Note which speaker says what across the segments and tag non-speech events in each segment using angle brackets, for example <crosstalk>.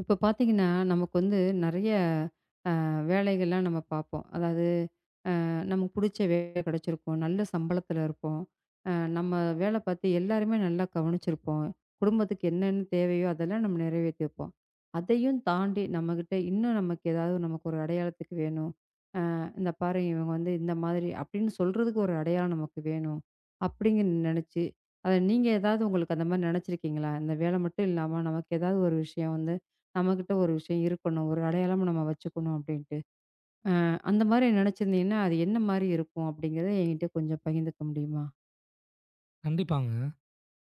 Speaker 1: இப்போ பார்த்தீங்கன்னா, நமக்கு வந்து நெறைய வேலைகள்லாம் நம்ம பார்ப்போம். அதாவது நமக்கு புடிச்ச வேலை கெடைச்சிருக்கும். நல்ல சம்பளத்தில இருப்போம். அ நம்ம வேல பார்த்து எல்லாருமே நல்லா கவனிச்சிருப்போம். குடும்பத்துக்கு என்னென்ன தேவையோ அதெல்லாம் நம்ம நிறைவேத்தியிருப்போம். அதையும் தாண்டி நம்மகிட்ட இன்னும் நமக்கு ஏதாவது ஒரு அடையாளத்துக்கு வேணும். இந்த பாரு இவங்க வந்து இந்த மாதிரி அப்படின்னு சொல்றதுக்கு ஒரு அடையாளம் நமக்கு வேணும். அப்படிங்கு நெனச்சு, அத நீங்க ஏதாவது உங்களுக்கு அந்த மாரி நெனச்சிருக்கீங்களா? இந்த வேலை மட்டும் இல்லாம நமக்கு ஏதாவது ஒரு விஷயம் வந்து நம்மகிட்ட ஒரு விஷயம் இருக்கணும். ஒரு அடையாளமா நம்ம வச்சுக்கணும் அப்படின்ட்டு. அ அந்த மாரி நெனச்சிருந்தீங்கன்னா, அது என்ன மாரி இருக்கும் அப்படிங்கிறத என்கிட்ட கொஞ்சம் பகிர்ந்துக்க முடியுமா?
Speaker 2: கண்டிப்பாங்க.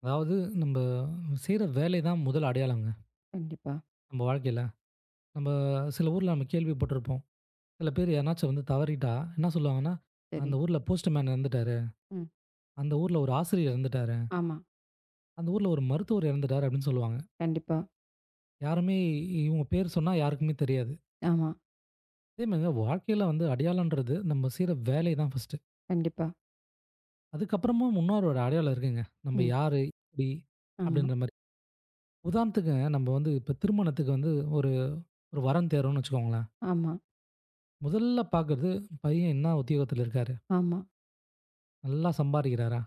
Speaker 2: அதாவது நம்ப செய்ற வேலை தான் முதல் அடையாளங்க,
Speaker 1: கண்டிப்பா.
Speaker 2: நம்ம வாழ்க்கையில. நம்ப சில ஊர்ல நம்ம கேள்விப்பட்டிருப்போம். சில பேர் யாருனாச்சும் வந்து தவறிட்டா என்ன சொல்லுவாங்கன்னா,
Speaker 1: சரி.
Speaker 2: "அந்த ஊர்ல போஸ்ட்மேன் இறந்துட்டாரு.
Speaker 1: ம்.
Speaker 2: அந்த ஊர்ல ஒரு ஆசிரியர் இறந்துட்டாரு.
Speaker 1: ஆமா.
Speaker 2: அந்த ஊர்ல ஒரு மருத்துவர் இறந்துட்டாரு" அப்படின்னு சொல்லுவாங்க.
Speaker 1: கண்டிப்பா.
Speaker 2: யாருமே இவங்க பேர் சொன்னா யாருக்குமே தெரியாது.
Speaker 1: ஆமா.
Speaker 2: அதே மாரிங்க வாழ்க்கையில வந்து அடையாளன்றது நம்ம செய்ற வேலை தான் ஃபர்ஸ்ட்டு.
Speaker 1: கண்டிப்பா.
Speaker 2: அதுக்கப்புறமும் ஒரு அடையாளம் இருக்குங்க. நம்ம
Speaker 1: ம்.
Speaker 2: யாரு, எப்படி
Speaker 1: ஆமா.
Speaker 2: அப்படின்ற மாரி. உதாரணத்துக்குங்க நம்ம வந்து இப்ப திருமணத்துக்கு வந்து ஒரு ஒரு வரன் தேடுறோம்னு வச்சுக்கோங்களேன்.
Speaker 1: ஆமா.
Speaker 2: முதல்ல பார்க்கறது, பையன் என்ன உத்தியோகத்துல இருக்காரு?
Speaker 1: ஆமா.
Speaker 2: நல்லா சம்பாரிக்கிறாரா?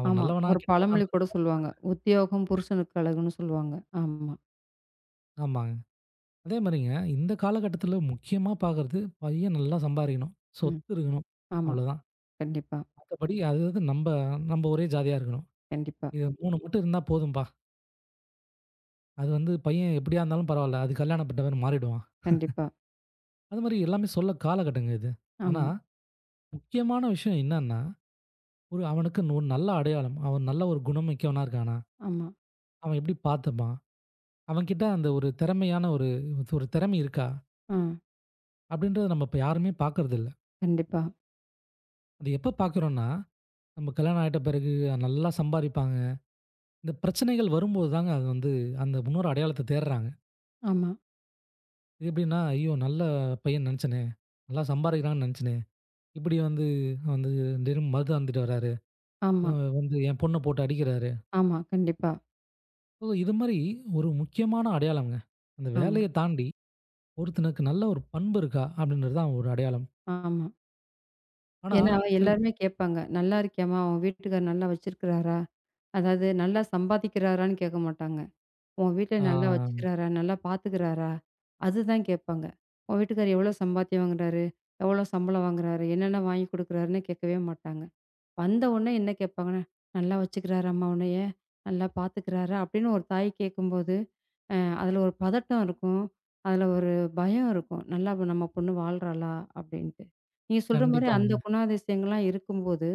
Speaker 2: அவன்
Speaker 1: ஆமா.
Speaker 2: நல்லவனா?
Speaker 1: ஒரு பழமொழி கூட
Speaker 2: கெட்டவனான்றது
Speaker 1: சொல்லுவாங்க. உத்தியோகம் புருஷனுக்கு அழகுன்னு சொல்லுவாங்க. ஆமா.
Speaker 2: பார்க்க ஆமாங்க. அதே மாரிங்க, இந்த காலகட்டத்துல முக்கியமா பார்க்கறது, பையன் நல்லா சம்பாரிக்கணும்.
Speaker 1: ம்.
Speaker 2: சொத்து இருக்கணும்.
Speaker 1: ஆமா.
Speaker 2: அவ்வளோதான்.
Speaker 1: கண்டிப்பா,
Speaker 2: மத்தபடி அது அது நம்ப நம்ப ஒரே ஜாதியா இருக்கணும்.
Speaker 1: கண்டிப்பா,
Speaker 2: இது 3 மட்டும் இருந்தா போதும்பா. அது வந்து பையன் எப்படியா இருந்தாலும் பரவால்ல. அது கல்யாணம் பண்றவன் மாறிடுவான்.
Speaker 1: கண்டிப்பா.
Speaker 2: அது மாரி எல்லாமே சொல்ல காலகட்டங்க இது. ஆனா,
Speaker 1: ஆமா,
Speaker 2: முக்கியமான விஷயம் என்னன்னா, ஒரு அவனுக்குன்னு ஒரு நல்ல அடையாளம். அவன் நல்ல ஒரு குணமிக்கவனா இருக்கானா?
Speaker 1: ஆமா.
Speaker 2: அவன் எப்படி பார்த்துப்பான்? அவன்கிட்ட அந்த ஒரு திறமையான ஒரு ஒரு திறமை இருக்கா?
Speaker 1: ஆ.
Speaker 2: அப்படின்றத நம்ம இப்ப யாருமே பார்க்கறதில்ல.
Speaker 1: கண்டிப்பா.
Speaker 2: அது எப்ப பார்க்குறோம்னா, நம்ம கல்யாணம் ஆயிட்ட பிறகு நல்லா சம்பாரிப்பாங்க. இந்த பிரச்சனைகள் வரும்போது தாங்க அது வந்து அந்த இன்னொரு அடையாளத்த தேடுறாங்க.
Speaker 1: ஆமா,
Speaker 2: இது எப்படின்னா, ஐயோ! நல்ல பையன் நெனச்சேனே! நல்லா சம்பாரிக்கிறான்னு நெனச்சேனே! இப்படி வந்து வந்து தினம் மது அருந்திட்டு வராரு. அ
Speaker 1: ஆமா,
Speaker 2: வந்து என் பொண்ண போட்டு அடிக்கிறாரு.
Speaker 1: ஆமா. கண்டிப்பா.
Speaker 2: ஸோ இது மாரி ஒரு முக்கியமான அடையாளம்ங்க. அந்த
Speaker 1: ஆமா,
Speaker 2: வேலைய தாண்டி ஒருத்தனுக்கு நல்ல ஒரு பண்பு இருக்கா? அப்படின்றது தான் ஒரு அடையாளம்.
Speaker 1: ஆமா.
Speaker 2: ஆனா
Speaker 1: ஏன்னா
Speaker 2: சில
Speaker 1: எல்லாருமே கேட்பாங்க. "நல்லா இருக்கியாம்மா? உன் வீட்டுக்காரர் நல்லா வச்சிருக்கிறாரா?" அதாவது நல்லா சம்பாதிக்கிறாரான்னு கேட்க மாட்டாங்க. "உன் வீட்ல நல்லா
Speaker 2: ஆ
Speaker 1: வச்சுக்கிறாரா? நல்லா பார்த்துக்கிறாரா?" அதுதான் கேட்பாங்க. "உன் வீட்டுக்காரர் எவ்வளோ சம்பாத்தியம் வாங்குறாரு? எவ்வளோ சம்பளம் வாங்குறாரு? என்னென்ன வாங்கி குடுக்குறாருன்னு?" கேட்கவே மாட்டாங்க. வந்த உடனே என்ன கேட்பாங்கன்னா, "நல்லா வச்சுக்கிறாரா அம்மா உன்னைய? நல்லா பார்த்துக்கிறாரா?" அப்படின்னு ஒரு தாய் கேட்கும்போது, அதில ஒரு பதட்டம் இருக்கும். அதில ஒரு பயம் இருக்கும். நல்லா இப்ப நம்ம பொண்ணு வாழ்றாளா? அப்படின்ட்டு. நீங்க சொல்ற மாரி ஆமா. அந்த
Speaker 2: கண்டிப்பாங்க.
Speaker 1: குணாதிசயங்கள்லாம் இருக்கும்போது,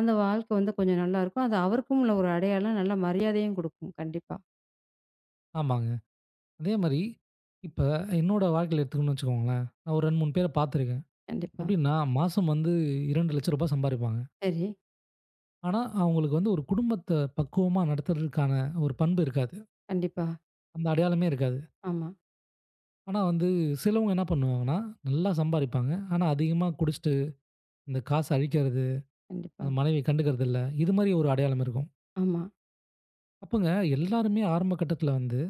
Speaker 1: அந்த வாழ்க்கை வந்து கொஞ்சம் நல்லாயிருக்கும். அது அவருக்கும் உள்ள ஒரு அடையாளம், நல்ல மரியாதையும் குடுக்கும். கண்டிப்பா,
Speaker 2: ஆமாங்க. அதே மாரி, இப்ப என்னோட வாழ்க்கையில எடுத்துக்கணும்னு வச்சுக்கோங்களேன். நான் ஒரு 2, 3 பேர பார்த்துருக்கேன்.
Speaker 1: கண்டிப்பா.
Speaker 2: எப்படின்னா, மாசம் வந்து ரூ. 2,00,000 சம்பாரிப்பாங்க.
Speaker 1: சரி.
Speaker 2: ஆனா, அவங்களுக்கு வந்து ஒரு குடும்பத்த பக்குவமா நடத்துறதுக்கான ஒரு பண்பு இருக்காது.
Speaker 1: கண்டிப்பா.
Speaker 2: அந்த அடையாளமே இருக்காது.
Speaker 1: ஆமா.
Speaker 2: ஆனா வந்து, சிலவங்க என்ன பண்ணுவாங்கன்னா, நல்லா சம்பாரிப்பாங்க. ஆனா, அதிகமா குடிச்சுட்டு, இந்த காச அழிக்கிறது,
Speaker 1: கண்டிப்பா.
Speaker 2: அந்த மனைவிய கண்டுக்கிறது இல்ல. இது மாரி ஒரு அடையாளம் இருக்கும்.
Speaker 1: ஆமா,
Speaker 2: அப்பங்க எல்லாருமே ஆரம்ப கட்டத்தில வந்து,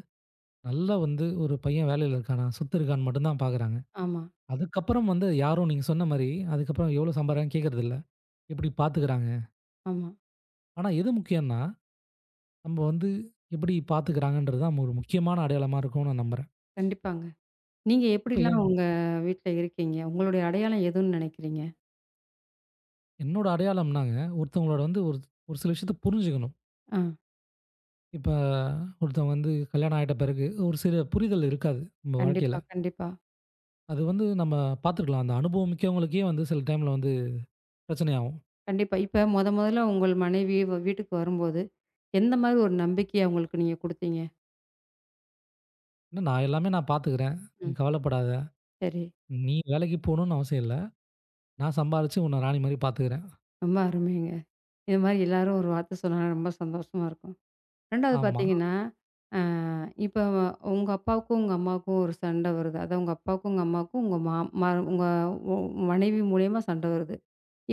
Speaker 2: நல்லா வந்து ஒரு பையன் வேலையில இருக்கானா, சொத்து இருக்கான்னு மட்டும் தான் பார்க்குறாங்க.
Speaker 1: ஆமா,
Speaker 2: அதுக்கப்புறம் வந்து யாரும் நீங்க சொன்ன மாரி, அதுக்கப்புறம் எவ்வளோ சம்பாரிக்கிறாங்கன்னு கேட்கறதில்ல. எப்படி பார்த்துக்கிறாங்க?
Speaker 1: ஆமா.
Speaker 2: ஆனா எது முக்கியம்ன்னா, நம்ம வந்து எப்படி பார்த்துக்கிறாங்கன்றது தான் ஒரு முக்கியமான அடையாளமா இருக்கும்னு நான் நம்புறேன்.
Speaker 1: கண்டிப்பாங்க. நீங்க
Speaker 2: இப்ப
Speaker 1: எப்படிலாம் உங்க வீட்ல இருக்கீங்க? உங்களுடைய அடையாளம் எதுன்னு நினைக்கிறீங்க?
Speaker 2: என்னோட அடையாளம்னாங்க, ஒருத்தவங்களோட வந்து ஒரு ஒரு சில விஷயத்த புரிஞ்சுக்கணும்.
Speaker 1: ஆ.
Speaker 2: இப்ப ஒருத்தவங்க வந்து கல்யாணம் ஆயிட்ட பிறகு ஒரு சில புரிதல் இருக்காது நம்ம வாழ்க்கையில.
Speaker 1: கண்டிப்பா, கண்டிப்பா.
Speaker 2: அது வந்து நம்ம பார்த்துக்கலாம். அந்த அனுபவம் மிக்கவங்களுக்கே வந்து சில டைம்ல வந்து பிரச்சனையாகும்.
Speaker 1: கண்டிப்பா. இப்ப மொதல்ல உங்கள் மனைவி வீட்டுக்கு வரும்போது, எந்த மாரி ஒரு நம்பிக்கைய அவங்களுக்கு நீங்க குடுத்தீங்க?
Speaker 2: என்ன நான் எல்லாமே நான் பார்த்துக்கிறேன். நீ
Speaker 1: ம்.
Speaker 2: கவலைப்படாத.
Speaker 1: சரி.
Speaker 2: நீ வேலைக்கு போணும்னு அவசியம் இல்ல. நான் சம்பாரிச்சு உன்ன ராணி மாரி பார்த்துக்கிறேன்.
Speaker 1: ரொம்ப அருமைங்க. இது மாரி எல்லாரும் ஒரு வார்த்த சொன்னாங்கன்னா ரொம்ப சந்தோஷமா இருக்கும். 2வது
Speaker 2: ஆமா.
Speaker 1: பாத்தீங்கன்னா, அ இப்ப உங்க அப்பாவுக்கும், உங்க அம்மாவுக்கும் ஒரு சண்டை வருது. அதான் உங்க அப்பாவுக்கும், உங்க அம்மாவுக்கும் உங்க மா ம உங்க உ மனைவி மூலியமா சண்டை வருது.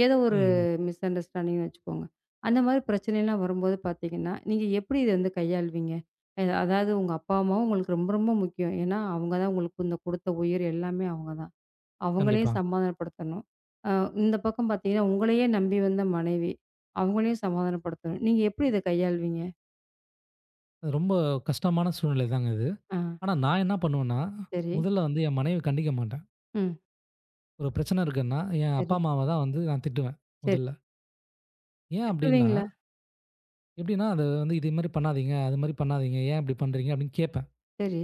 Speaker 1: ஏதோ ஒரு
Speaker 2: ம்.
Speaker 1: மிஸ் அண்டர்ஸ்டாண்டிங்னு வச்சுக்கோங்க. அந்த மாரி பிரச்சனைலாம் வரும்போது பார்த்தீங்கன்னா, நீங்க எப்படி இத வந்து கையாள்வீங்க? அதாவது உங்க அப்பா, அம்மாவும் உங்களுக்கு ரொம்ப ரொம்ப முக்கியம். ஏன்னா, அவங்க தான் உங்களுக்கு இந்த குடுத்த உயிர் எல்லாமே அவங்க தான்.
Speaker 2: கண்டிப்பா.
Speaker 1: அவங்களையும் சமாதானப்படுத்தணும். அ இந்த பக்கம் பார்த்தீங்கன்னா, உங்களையே நம்பி வந்த மனைவி, அவங்களையும் சமாதானப்படுத்தணும். நீங்க எப்படி இத கையாள்வீங்க?
Speaker 2: அது ரொம்ப கஷ்டமான சூழ்நிலை தாங்க இது.
Speaker 1: ஆ
Speaker 2: ஆனா நான் என்ன பண்ணுவேன்னா,
Speaker 1: சரி.
Speaker 2: முதல்ல வந்து என் மனைவிய கண்டிக்க மாட்டேன்.
Speaker 1: ம்.
Speaker 2: ஒரு பிரச்சனை இருக்குன்னா, என் அப்பா
Speaker 1: சரி,
Speaker 2: அம்மாவ தான் வந்து நான் திட்டுவேன்
Speaker 1: சரி.
Speaker 2: முதல்ல. ஏன் அப்டின்னா,
Speaker 1: திட்டுவீங்களா?
Speaker 2: எப்டின்னா அது வந்து "இது மாரி பண்ணாதீங்க, அது மாரி பண்ணாதீங்க. ஏன் இப்டி பண்றீங்க?" அப்டின்னு கேட்பேன்.
Speaker 1: சரி.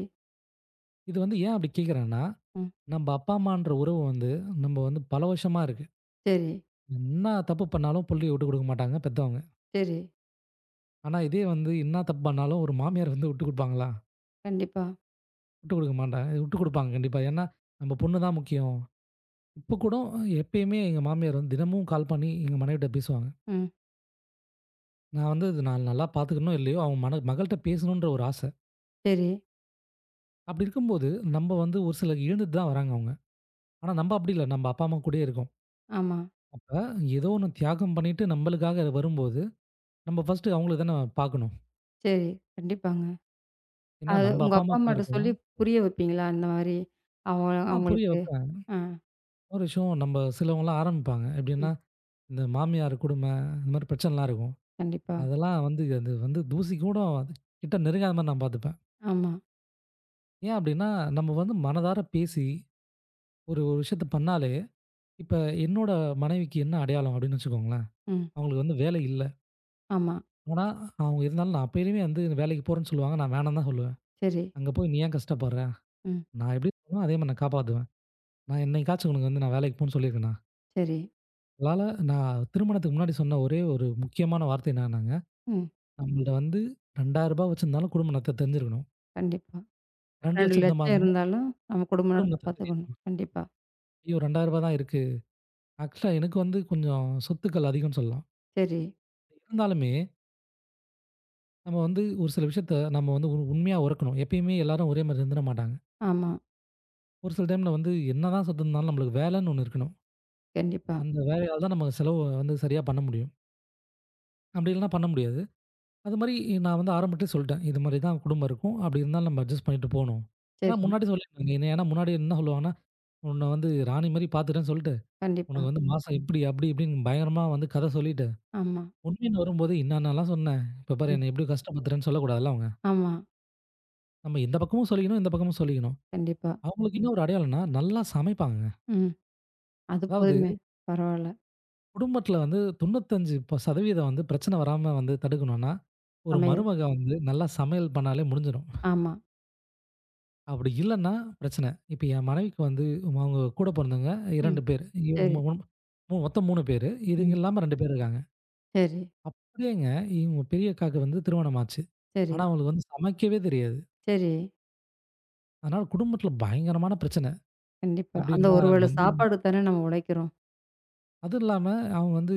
Speaker 2: இது வந்து ஏன் அப்டி கேட்குறேன்னா,
Speaker 1: ம்.
Speaker 2: நம்ப அப்பா அம்மான்ற உறவு வந்து நம்ம வந்து பல வருஷமா இருக்கு.
Speaker 1: சரி,
Speaker 2: என்னா தப்பு பண்ணாலும் புள்ளைய விட்டு குடுக்க மாட்டாங்க பெத்தவங்க.
Speaker 1: சரி.
Speaker 2: ஆனா இதே வந்து என்னா தப்பு பண்ணாலும் ஒரு மாமியார் வந்து விட்டு குடுப்பாங்களா?
Speaker 1: கண்டிப்பா.
Speaker 2: விட்டு குடுக்க மாட்டாங்க. விட்டு குடுப்பாங்க கண்டிப்பா. ஏன்னா, நம்ம பொண்ணு தான் முக்கியம். இப்ப கூட எப்பயுமே எங்க மாமியார் வந்து தினமும் கால் பண்ணி எங்க மனைவிட்ட பேசுவாங்க.
Speaker 1: ம்.
Speaker 2: நான் வந்து இது நான் நல்லா பார்த்துக்கணும் இல்லையோ, அவங்க மன மகள்ட்ட பேசணுன்ற ஒரு ஆசை.
Speaker 1: சரி.
Speaker 2: அப்படி இருக்கும்போது, நம்ம வந்து ஒரு சில இழந்துட்டு தான் வராங்க அவங்க. ஆனா நம்ம அப்படி இல்ல. நம்ம அப்பா, அம்மா கூடயே இருக்கோம்.
Speaker 1: ஆமா.
Speaker 2: அப்ப ஏதோ ஒண்ணு தியாகம் பண்ணிட்டு நம்மளுக்காக வரும்போது, நம்ம ஃபர்ஸ்ட்டு அவங்கள தானே பார்க்கணும்.
Speaker 1: சரி. கண்டிப்பாங்க.
Speaker 2: ஏன்னா
Speaker 1: அது
Speaker 2: நம்ம
Speaker 1: உங்க
Speaker 2: அப்பா,
Speaker 1: அப்பா,
Speaker 2: அம்மா கூட
Speaker 1: அம்மாட்ட
Speaker 2: இருக்கோம்.
Speaker 1: சொல்லி புரிய வைப்பீங்களா? அந்த மாரி அவ
Speaker 2: ஆ புரிய
Speaker 1: அவங்களுக்கு
Speaker 2: வைப்பேன்.
Speaker 1: ஆ,
Speaker 2: ஒரு விஷயம் நம்ம சிலவங்கலாம் ஆரம்பிப்பாங்க.
Speaker 1: ம்.
Speaker 2: எப்படின்னா, இந்த மாமியார் கொடுமை, இந்த மாரி பிரச்சனைலாம் இருக்கும்.
Speaker 1: கண்டிப்பா.
Speaker 2: அதெல்லாம் வந்து அது வந்து தூசி கூட கிட்ட நெருங்காத மாரி நான் பார்த்துப்பேன்.
Speaker 1: ஆமா.
Speaker 2: ஏன் அப்டின்னா, நம்ம வந்து மனதார பேசி ஒரு ஒரு விஷயத்த பண்ணாலே, இப்ப என்னோட மனைவிக்கு என்ன அடையாளம் அப்டின்னு வச்சுக்கோங்களேன்.
Speaker 1: ம்.
Speaker 2: அவங்களுக்கு வந்து வேலை இல்ல.
Speaker 1: ஆமா.
Speaker 2: ஆனா, அவங்க இருந்தாலும் நான் அப்பயுமே வந்து வேலைக்கு போறேன்னு சொல்லுவாங்க. நான் வேணான்னு தான் சொல்லுவேன்.
Speaker 1: சரி.
Speaker 2: அங்க போய் நீ ஏன் கஷ்டப்படுற?
Speaker 1: ம்.
Speaker 2: நான் எப்படி சொன்னேனோ அதே மாரி நான் காப்பாத்துவேன். நான் என்னைக்காச்சும் உனக்கு வந்து நான் வேலைக்கு போன்னு சொல்லியிருக்கேனா?
Speaker 1: சரி.
Speaker 2: அதனால நான் திருமணத்துக்கு முன்னாடி சொன்ன ஒரே ஒரு முக்கியமான வார்த்தை என்னன்னாங்க,
Speaker 1: ம்.
Speaker 2: நம்மள்ட்ட வந்து ரூ. 2000 வச்சிருந்தாலும் குடும்ப நடத்த தெரிஞ்சிருக்கணும்.
Speaker 1: கண்டிப்பா.
Speaker 2: 2,00,000 நம்ம
Speaker 1: 2,00,000 இருந்தாலும் நம்ம குடும்ப
Speaker 2: குடும்ப
Speaker 1: நடத்த
Speaker 2: நடத்த
Speaker 1: பார்த்துக்கணும்.
Speaker 2: தெரியணும்.
Speaker 1: கண்டிப்பா.
Speaker 2: ஐயோ! ரூ. 2000 தான் இருக்கு. ஆக்சுவலா எனக்கு வந்து கொஞ்சம் சொத்துக்கள் அதிகம்னு சொல்லலாம்.
Speaker 1: சரி.
Speaker 2: இருந்தாலுமே நம்ம வந்து ஒரு சில விஷயத்த நம்ம வந்து உண்மையா உறக்கணும். எப்பயுமே எல்லாரும் ஒரே மாரி இருந்துட மாட்டாங்க.
Speaker 1: ஆமா.
Speaker 2: ஒரு சில டைம்ல வந்து என்னதான் சொத்து இருந்தாலும் நம்மளுக்கு வேலைன்னு ஒண்ணு இருக்கணும்.
Speaker 1: கண்டிப்பா.
Speaker 2: அந்த வேலையால தான் நம்ம செலவு வந்து சரியா பண்ண முடியும். அப்படி இல்லைன்னா பண்ண முடியாது. அது மாரி நான் வந்து ஆரம்பத்திலே சொல்லிட்டேன். இது மாரி தான் குடும்பம் இருக்கும். அப்படி இருந்தாலும் நம்ம அட்ஜஸ்ட் பண்ணிட்டு போணும். ஏன்னா
Speaker 1: சரி.
Speaker 2: முன்னாடி சொல்லியிருந்தாங்க. என்ன ஏன்னா முன்னாடி என்ன சொல்லுவாங்கன்னா, உன்னை வந்து ராணி மாரி பார்த்துட்டேன்னு சொல்லிட்டு,
Speaker 1: கண்டிப்பா.
Speaker 2: உனக்கு வந்து மாசம் இப்படி அப்படி இப்படின்னு பயங்கரமா வந்து கதை சொல்லிட்டு,
Speaker 1: ஆமா.
Speaker 2: உண்மைன்னு வரும்போது, "இன்னான்னலாம் சொன்னேன். இப்ப பாரு
Speaker 1: ம்.
Speaker 2: என்னை எப்படி கஷ்டப்படுத்துறேன்னு" சொல்லக்கூடாதுல்ல அவங்க.
Speaker 1: ஆமா.
Speaker 2: நம்ம இந்த பக்கமும் சொல்லிக்கணும், இந்த பக்கமும் சொல்லிக்கணும்.
Speaker 1: கண்டிப்பா.
Speaker 2: அவங்களுக்கு இன்னும் ஒரு அடையாளம்னா, நல்லா சமைப்பாங்கங்க.
Speaker 1: ம். அது
Speaker 2: அதாவது
Speaker 1: போதுமே. பரவால்ல.
Speaker 2: குடும்பத்தில வந்து 95% வந்து பிரச்சனை வராம வந்து தடுக்கணும்னா, ஒரு
Speaker 1: சமையல்.
Speaker 2: மருமக வந்து நல்லா சமையல் பண்ணாலே முடிஞ்சிடும்.
Speaker 1: ஆமா.
Speaker 2: அப்படி இல்லன்னா பிரச்சனை. இப்ப என் மனைவிக்கு வந்து அவங்க கூட பொறந்தவங்க
Speaker 1: ம்.
Speaker 2: 2 பேர். இவங்க
Speaker 1: சரி.
Speaker 2: மு மு மொத்தம் 3 பேரு. இதுங்க
Speaker 1: ம்.
Speaker 2: இல்லாம 2 பேர் இருக்காங்க.
Speaker 1: சரி.
Speaker 2: அப்படியேங்க இவங்க பெரிய அக்காவுக்கு வந்து திருமணம் ஆச்சு.
Speaker 1: சரி.
Speaker 2: ஆனா அவங்களுக்கு வந்து சமைக்கவே தெரியாது.
Speaker 1: சரி.
Speaker 2: அதனால குடும்பத்தில பயங்கரமான பிரச்சனை.
Speaker 1: கண்டிப்பா. அந்த
Speaker 2: எப்படின்னா
Speaker 1: ஒரு வேள
Speaker 2: வந்து
Speaker 1: சாப்பாடுக்கு தானே நம்ம உழைக்கிறோம்.
Speaker 2: அதுவும் இல்லாம அவங்க வந்து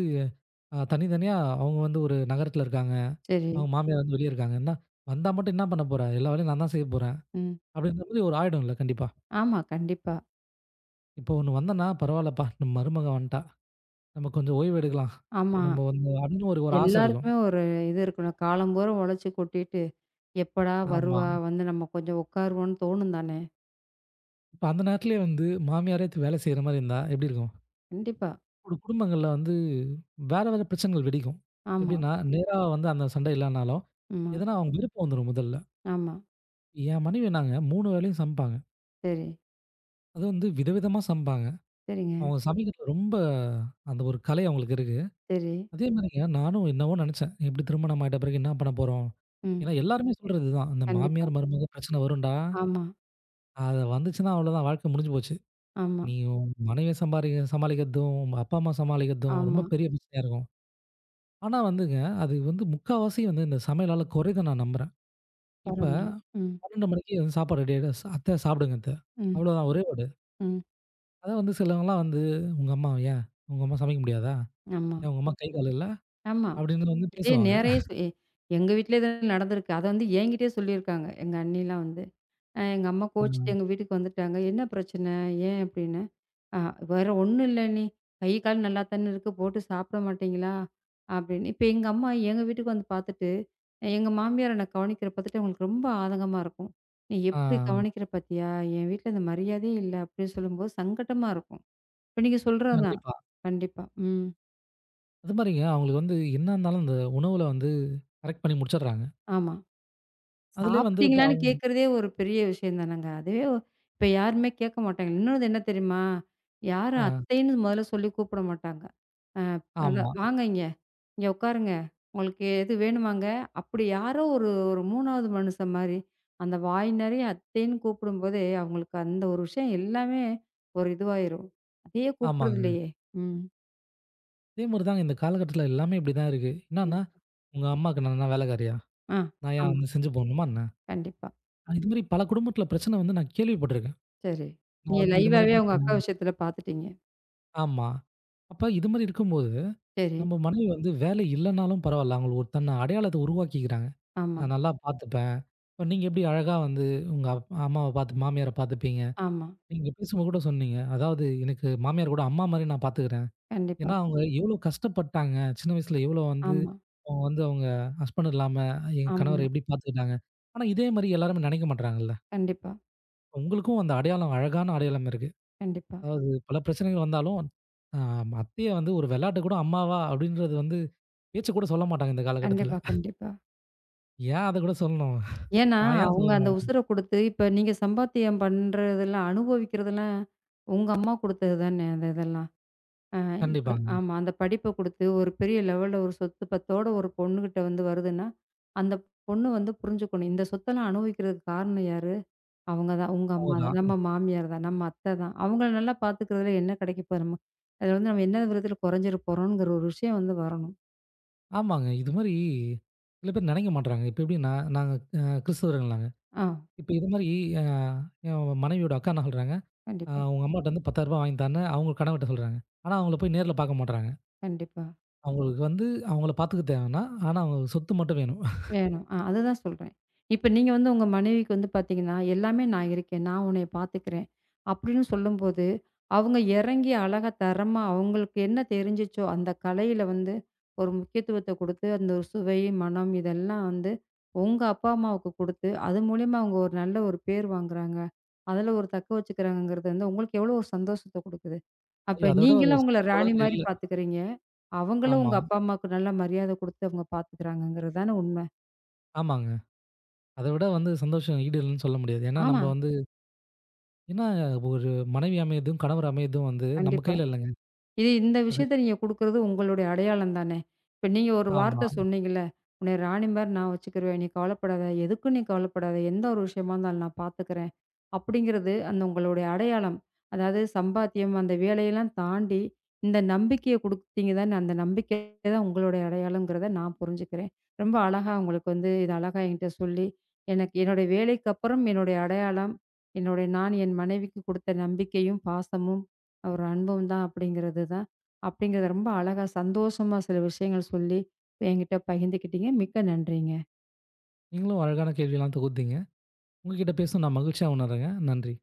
Speaker 2: தனித்தனியா அவங்க வந்து ஒரு நகரத்தில இருக்காங்க.
Speaker 1: சரி.
Speaker 2: அவங்க மாமியார் வந்து வெளிய இருக்காங்கன்னா, வந்தா மட்டும் என்ன பண்ண போற? எல்லா வேலையும் நான் தான் செய்ய போறேன்.
Speaker 1: ம்.
Speaker 2: அப்படின்ற மாதிரி ஒரு ஆயிடும்ல கண்டிப்பா.
Speaker 1: ஆமா, கண்டிப்பா.
Speaker 2: இப்போ ஒண்ணு வந்தன்னா, பரவால்லப்பா நம்ம மருமக வந்துட்டா. நம்ம கொஞ்சம் ஓய்வு எடுக்கலாம்.
Speaker 1: ஆமா.
Speaker 2: நம்ம வந்து அப்படின்னு ஒரு ஒரு ஆசை இருக்கும்.
Speaker 1: எல்லாருக்குமே ஒரு இது இருக்கணும். காலம்போறும் உழைச்சு கொட்டிட்டு, எப்படா
Speaker 2: ஆமா.
Speaker 1: வருவா? வந்து நம்ம கொஞ்சம் உட்காருவோம்ன்னு தோணும் தானே!
Speaker 2: இப்ப அந்த நேரத்திலேயே வந்து மாமியாரே வேலை செய்ற மாரி இருந்தா எப்படி இருக்கும்?
Speaker 1: கண்டிப்பா.
Speaker 2: ஒரு குடும்பங்கள்ல வந்து வேற வேற பிரச்சனைகள் வெடிக்கும்.
Speaker 1: ஆமா,
Speaker 2: எப்படின்னா, நேரா வந்து அந்த சண்டை இல்லனாலும்,
Speaker 1: ஆமா,
Speaker 2: எதனா அவங்க விருப்பம் வந்துரும் முதல்ல.
Speaker 1: ஆமா.
Speaker 2: என் மனைவி நாங்க 3 வேளையும் சமைப்பாங்க.
Speaker 1: சரி,
Speaker 2: அதுவும் வந்து விதவிதமா சமைப்பாங்க.
Speaker 1: சரிங்க.
Speaker 2: அவங்க சமைக்கிறதுல ரொம்ப அந்த ஒரு கலை அவங்களுக்கு இருக்கு.
Speaker 1: சரி.
Speaker 2: அதே மாரிங்க நானும் என்னவோ நெனச்சேன். இப்டி திருமணம் ஆயிட்ட பிறகு என்ன பண்ண போறோம்?
Speaker 1: ம்.
Speaker 2: ஏன்னா எல்லாருமே சொல்றது இதுதான். இந்த
Speaker 1: கண்டிப்பா.
Speaker 2: மாமியார், மருமக பிரச்சனை வரும்டா.
Speaker 1: ஆமா,
Speaker 2: அது வந்துச்சுன்னா அவ்வளோதான் வாழ்க்கை முடிஞ்சு போச்சு.
Speaker 1: ஆமா,
Speaker 2: நீ உன் மனைவிய சமாளிக்கிறதும், உங்க அப்பா, அம்மா சமாளிக்கிறதும் ரொம்ப
Speaker 1: ஆமா.
Speaker 2: பெரிய பிரச்சனையா இருக்கும். ஆனா வந்துங்க, அது வந்து முக்காவாசி வந்து இந்த சமையலால குறையுதுன்னு நான் நம்புறேன். இப்ப
Speaker 1: பரவால்ல. ம்,
Speaker 2: 12 மணிக்கு வந்து சாப்பாடு ரெடி ஆயிடும். "அத்தை சாப்பிடுங்க அத்தை."
Speaker 1: ம்,
Speaker 2: அவ்வளோதான் ஒரே வேர்டு.
Speaker 1: ம்.
Speaker 2: அதான் வந்து சிலவங்கலாம் வந்து, "உங்க அம்மா ஏன்? உங்க அம்மா சமைக்க முடியாதா?
Speaker 1: ஆமா,
Speaker 2: ஏன் உங்க அம்மா கை, கால் இல்ல?"
Speaker 1: ஆமா.
Speaker 2: அப்டின்னு வந்து
Speaker 1: இதே
Speaker 2: பேசுவாங்க.
Speaker 1: நேரயே சொ எ எங்க வீட்லயே இது நடந்திருக்கு. அத வந்து என்கிட்டயே சொல்லியிருக்காங்க. எங்க அண்ணிலாம் வந்து. எங்க அம்மா கோவிச்சுட்டு
Speaker 2: ம்.
Speaker 1: எங்க வீட்டுக்கு வந்துட்டாங்க. "என்ன பிரச்சனை? ஏன்?" அப்படின்னு. ஆ வேற ஒண்ணும் இல்ல நீ. கை, கால் நல்லா தானே இருக்கு. போட்டு சாப்பிட மாட்டீங்களா? அப்படின்னு. இப்ப எங்க அம்மா எங்க வீட்டுக்கு வந்து பார்த்துட்டு, எங்க மாமியார நான் கவனிக்கிற பார்த்துட்டு அவங்களுக்கு ரொம்ப ஆதங்கமா இருக்கும். நீ
Speaker 2: ஆ.
Speaker 1: எப்படி கவனிக்கிற பார்த்தியா? என் வீட்ல இந்த மரியாதையே இல்ல. அப்படின்னு சொல்லும்போது சங்கட்டமா இருக்கும். இப்ப நீங்க சொல்றது தான்.
Speaker 2: கண்டிப்பா.
Speaker 1: கண்டிப்பா. ம்.
Speaker 2: அது மாரிங்க அவங்களுக்கு வந்து என்ன இருந்தாலும் அந்த உணவுல வந்து கரெக்ட் பண்ணி முடிச்சிடுறாங்க.
Speaker 1: ஆமா.
Speaker 2: அதிலயே வந்து இப்ப
Speaker 1: சாப்பிட்டீங்களான்னு
Speaker 2: அவங்க
Speaker 1: கேட்கிறதே ஒரு பெரிய விஷயம் தானங்க. அதுவே இப்ப யாருமே கேட்க மாட்டாங்க. இன்னொன்னு என்ன தெரியுமா?
Speaker 2: ஆ
Speaker 1: யாரும் அத்தைன்னு முதல்ல சொல்லி கூப்பிட மாட்டாங்க. அ அதான்
Speaker 2: ஆமா,
Speaker 1: வாங்க இங்க. இங்க உட்காருங்க. உங்களுக்கு எது வேணுமாங்க? அப்படி யாரோ ஒரு ஒரு 3வது மனுஷன் மாரி. அந்த வாய் நெறைய அத்தைன்னு கூப்பிடும்போதே, அவங்களுக்கு அந்த ஒரு விஷயம் எல்லாமே ஒரு இதுவாயிரும். அதையே ம்.
Speaker 2: ஆமாங்க.
Speaker 1: கூப்பிடுறதில்லையே! ம்.
Speaker 2: அதே மாரி தாங்க இந்த காலகட்டத்தில எல்லாமே இப்படிதான் இருக்கு. என்னன்னா,
Speaker 1: கண்டிப்
Speaker 2: உங்க அம்மாக்கு நான் என்ன வேலைக்காரியா?
Speaker 1: ஆ.
Speaker 2: நான் ஏன்
Speaker 1: ஆமா.
Speaker 2: வந்து செஞ்சு போடணுமா என்ன?
Speaker 1: கண்டிப்பா.
Speaker 2: இது மாரி பல குடும்பத்தில பிரச்சனை வந்து நான் கேள்விப்பட்டுருக்கேன்.
Speaker 1: சரி.
Speaker 2: நான்
Speaker 1: நீங்க ம்.
Speaker 2: வந்து இது மாரி
Speaker 1: லைவாவே உங்க அக்கா
Speaker 2: பிரச்சனை
Speaker 1: விஷயத்துல பார்த்துட்டீங்க.
Speaker 2: ஆமா. அப்ப இது மாரி இருக்கும்போது,
Speaker 1: சரி.
Speaker 2: நம்ம மனைவி வந்து வேலை இல்லன்னாலும் பரவால்ல. அவங்களுக்கு ஒரு தன்ன அடையாளத்த உருவாக்கிக்கிறாங்க.
Speaker 1: ஆமா,
Speaker 2: நான் நல்லா பார்த்துப்பேன். இப்ப நீங்க எப்படி அழகா வந்து உங்க அம்மாவ பார்த்து மாமியார பார்த்துப்பீங்க.
Speaker 1: ஆமா.
Speaker 2: நீங்க பேசும்போது கூட சொன்னீங்க. அதாவது எனக்கு மாமியார் கூட அம்மா மாரி நான் பார்த்துக்கிறேன்.
Speaker 1: கண்டிப்பா.
Speaker 2: ஏன்னா, அவங்க எவ்வளோ கஷ்டப்பட்டாங்க. சின்ன வயசுல எவ்வளோ வந்து
Speaker 1: ஆமா,
Speaker 2: அவங்க ஹஸ்பண்ட் இல்லாம எங்க கணவர
Speaker 1: ஆமா.
Speaker 2: எப்படி பார்த்துக்கிட்டாங்க. ஆனா, இதே மாரி எல்லாருமே நெனைக்க மாட்றாங்கல்ல.
Speaker 1: கண்டிப்பா,
Speaker 2: உங்களுக்கும் அந்த அடையாளம் அழகான அடையாளம் இருக்கு.
Speaker 1: கண்டிப்பா,
Speaker 2: அதாவது பல பிரச்சனைகள் வந்தாலும், அ அத்தைய வந்து ஒரு வெளாட்டுக்கு கூட அம்மாவா அப்படின்றது வந்து பேச்சு கூட சொல்ல மாட்டாங்க இந்த காலகட்டத்தில.
Speaker 1: கண்டிப்பா, கண்டிப்பா.
Speaker 2: ஏன் அத கூட சொல்லணும்?
Speaker 1: ஏன்னா,
Speaker 2: நான் ஏன்
Speaker 1: அவங்க அந்த
Speaker 2: சொல்லணும்?
Speaker 1: உசுர குடுத்து, இப்ப நீங்க சம்பாத்தியம் பண்றதெல்லாம், அனுபவிக்கிறதெல்லாம் உங்க அம்மா குடுத்தது தானே அந்த இதெல்லாம். அ இப்ப
Speaker 2: கண்டிப்பாங்க.
Speaker 1: ஆமா. அந்த படிப்ப குடுத்து, ஒரு பெரிய லெவல்ல ஒரு சொத்து பத்தோட ஒரு பொண்ணுகிட்ட வந்து வருதுன்னா, அந்த பொண்ணு வந்து புரிஞ்சுக்கணும். இந்த சொத்தெல்லாம் அனுபவிக்கிறதுக்கு காரணம் யாரு? அவங்க தான். உங்க அம்மா தான்.
Speaker 2: உண்மதான்.
Speaker 1: நம்ம மாமியார் தான். நம்ம அத்தை தான். அவங்கள நல்லா பாத்துக்கிறதுல என்ன கிடைக்க போது நமக்கு? அதுல வந்து நம்ம என்ன விதத்துல குறைஞ்சிற போறோம்ங்கிற ஒரு விஷயம் வந்து வரணும்.
Speaker 2: ஆமாங்க. இது மாரி சில பேர் நெனைக்க மாட்றாங்க. இப்ப எப்படின்னா, நாங்க கிறிஸ்தவருங்களாங்க.
Speaker 1: ஆ.
Speaker 2: இப்ப இது மாரி அ என் மனைவியோட அக்கா என்ன சொல்றாங்க,
Speaker 1: கண்டிப்பா,
Speaker 2: உங்க அம்மாட்ட வந்து ரூ. 10,000 வாங்கி தான்னு அவங்க கணவர்ட்ட சொல்றாங்க. ஆனா அவங்கள போய் நேர்ல பார்க்க மாட்றாங்க.
Speaker 1: கண்டிப்பா.
Speaker 2: அவங்களுக்கு வந்து அவங்கள பார்த்துக்க தேவலாம். ஆனா அவங்களுக்கு சொத்து மட்டும் வேணும். <laughs>
Speaker 1: வேணும். ஆ அதுதான் சொல்றேன். இப்ப நீங்க வந்து உங்க மனைவிக்கு வந்து பார்த்தீங்கன்னா, எல்லாமே நான் இருக்கேன். நான் உன்னைய பார்த்துக்கிறேன். அப்படின்னு சொல்லும்போது, அவங்க இறங்கி அழகா தரமா அவங்களுக்கு என்ன தெரிஞ்சுச்சோ, அந்த கலையில வந்து ஒரு முக்கியத்துவத்த குடுத்து, அந்த ஒரு சுவை, மனம் இதெல்லாம் வந்து உங்க அப்பா, அம்மாவுக்கு குடுத்து, அது மூலியமா அவங்க ஒரு நல்ல ஒரு பேர் வாங்குறாங்க. அதுல ஒரு தக்க வச்சுக்கிறாங்கங்கிறது வந்து உங்களுக்கு எவ்வளோ ஒரு சந்தோஷத்த குடுக்குது. அப்ப
Speaker 2: ஐயோ! அத விட ஒரு
Speaker 1: நீங்களும் அவங்கள
Speaker 2: சந்தோஷம்
Speaker 1: ராணி
Speaker 2: உலகத்துல
Speaker 1: மாரி
Speaker 2: இல்ல.
Speaker 1: பார்த்துக்கிறீங்க. அவங்களும்
Speaker 2: ஆமா.
Speaker 1: உங்க அப்பா, அம்மாவுக்கு நல்ல மரியாதை குடுத்து அவங்க பார்த்துக்கிறாங்கங்கிறது தானே உண்மை.
Speaker 2: ஆமாங்க. அத விட வந்து சந்தோஷம் ஈடு இல்லன்னு சொல்ல முடியாது. ஏன்னா
Speaker 1: ஆமா,
Speaker 2: நம்ம வந்து ஏன்னா ஒரு மனைவி அமையதும், கணவர் அமையதும் வந்து நம்ம
Speaker 1: கண்டிப்பா.
Speaker 2: கையில இல்லங்க.
Speaker 1: இது இந்த
Speaker 2: அது
Speaker 1: விஷயத்த நீங்க குடுக்குறது உங்களுடைய அடையாளம் தானே! இப்ப நீங்க ஒரு வார்த்தை
Speaker 2: ஆமா.
Speaker 1: சொன்னீங்கல்ல, "உன்னைய ராணி மாரி நான் வச்சுக்கிருவேன். நீ கவலைப்படாத. எதுக்கும் நீ கவலைப்படாத. எந்த ஒரு விஷயமா இருந்தாலும் நான் பார்த்துக்கிறேன்." அப்படிங்கிறது அந்த உங்களுடைய அடையாளம். அதாவது சம்பாத்தியம், அந்த வேலையெல்லாம் தாண்டி இந்த நம்பிக்கைய குடுத்தீங்க தானே, அந்த நம்பிக்கை தான் உங்களுடைய அடையாளம்ங்கிறத நான் புரிஞ்சுக்கிறேன். ரொம்ப அழகா உங்களுக்கு வந்து இத அழகா என்கிட்ட சொல்லி, எனக்கு என்னுடைய வேலைக்கு அப்புறம் என்னுடைய அடையாளம், என்னுடைய நான் என் மனைவிக்கு குடுத்த நம்பிக்கையும், பாசமும் ஒரு அனுபவம் தான் அப்படிங்கிறது தான். அப்படிங்கிறத ரொம்ப அழகா சந்தோஷமா சில விஷயங்கள் சொல்லி என்கிட்ட பகிர்ந்துக்கிட்டீங்க. மிக்க நன்றிங்க.
Speaker 2: நீங்களும் அழகான கேள்விலாம் தொகுத்தீங்க. உங்ககிட்ட பேசுனது நான் மகிழ்ச்சியா உணர்றேங்க. நன்றி.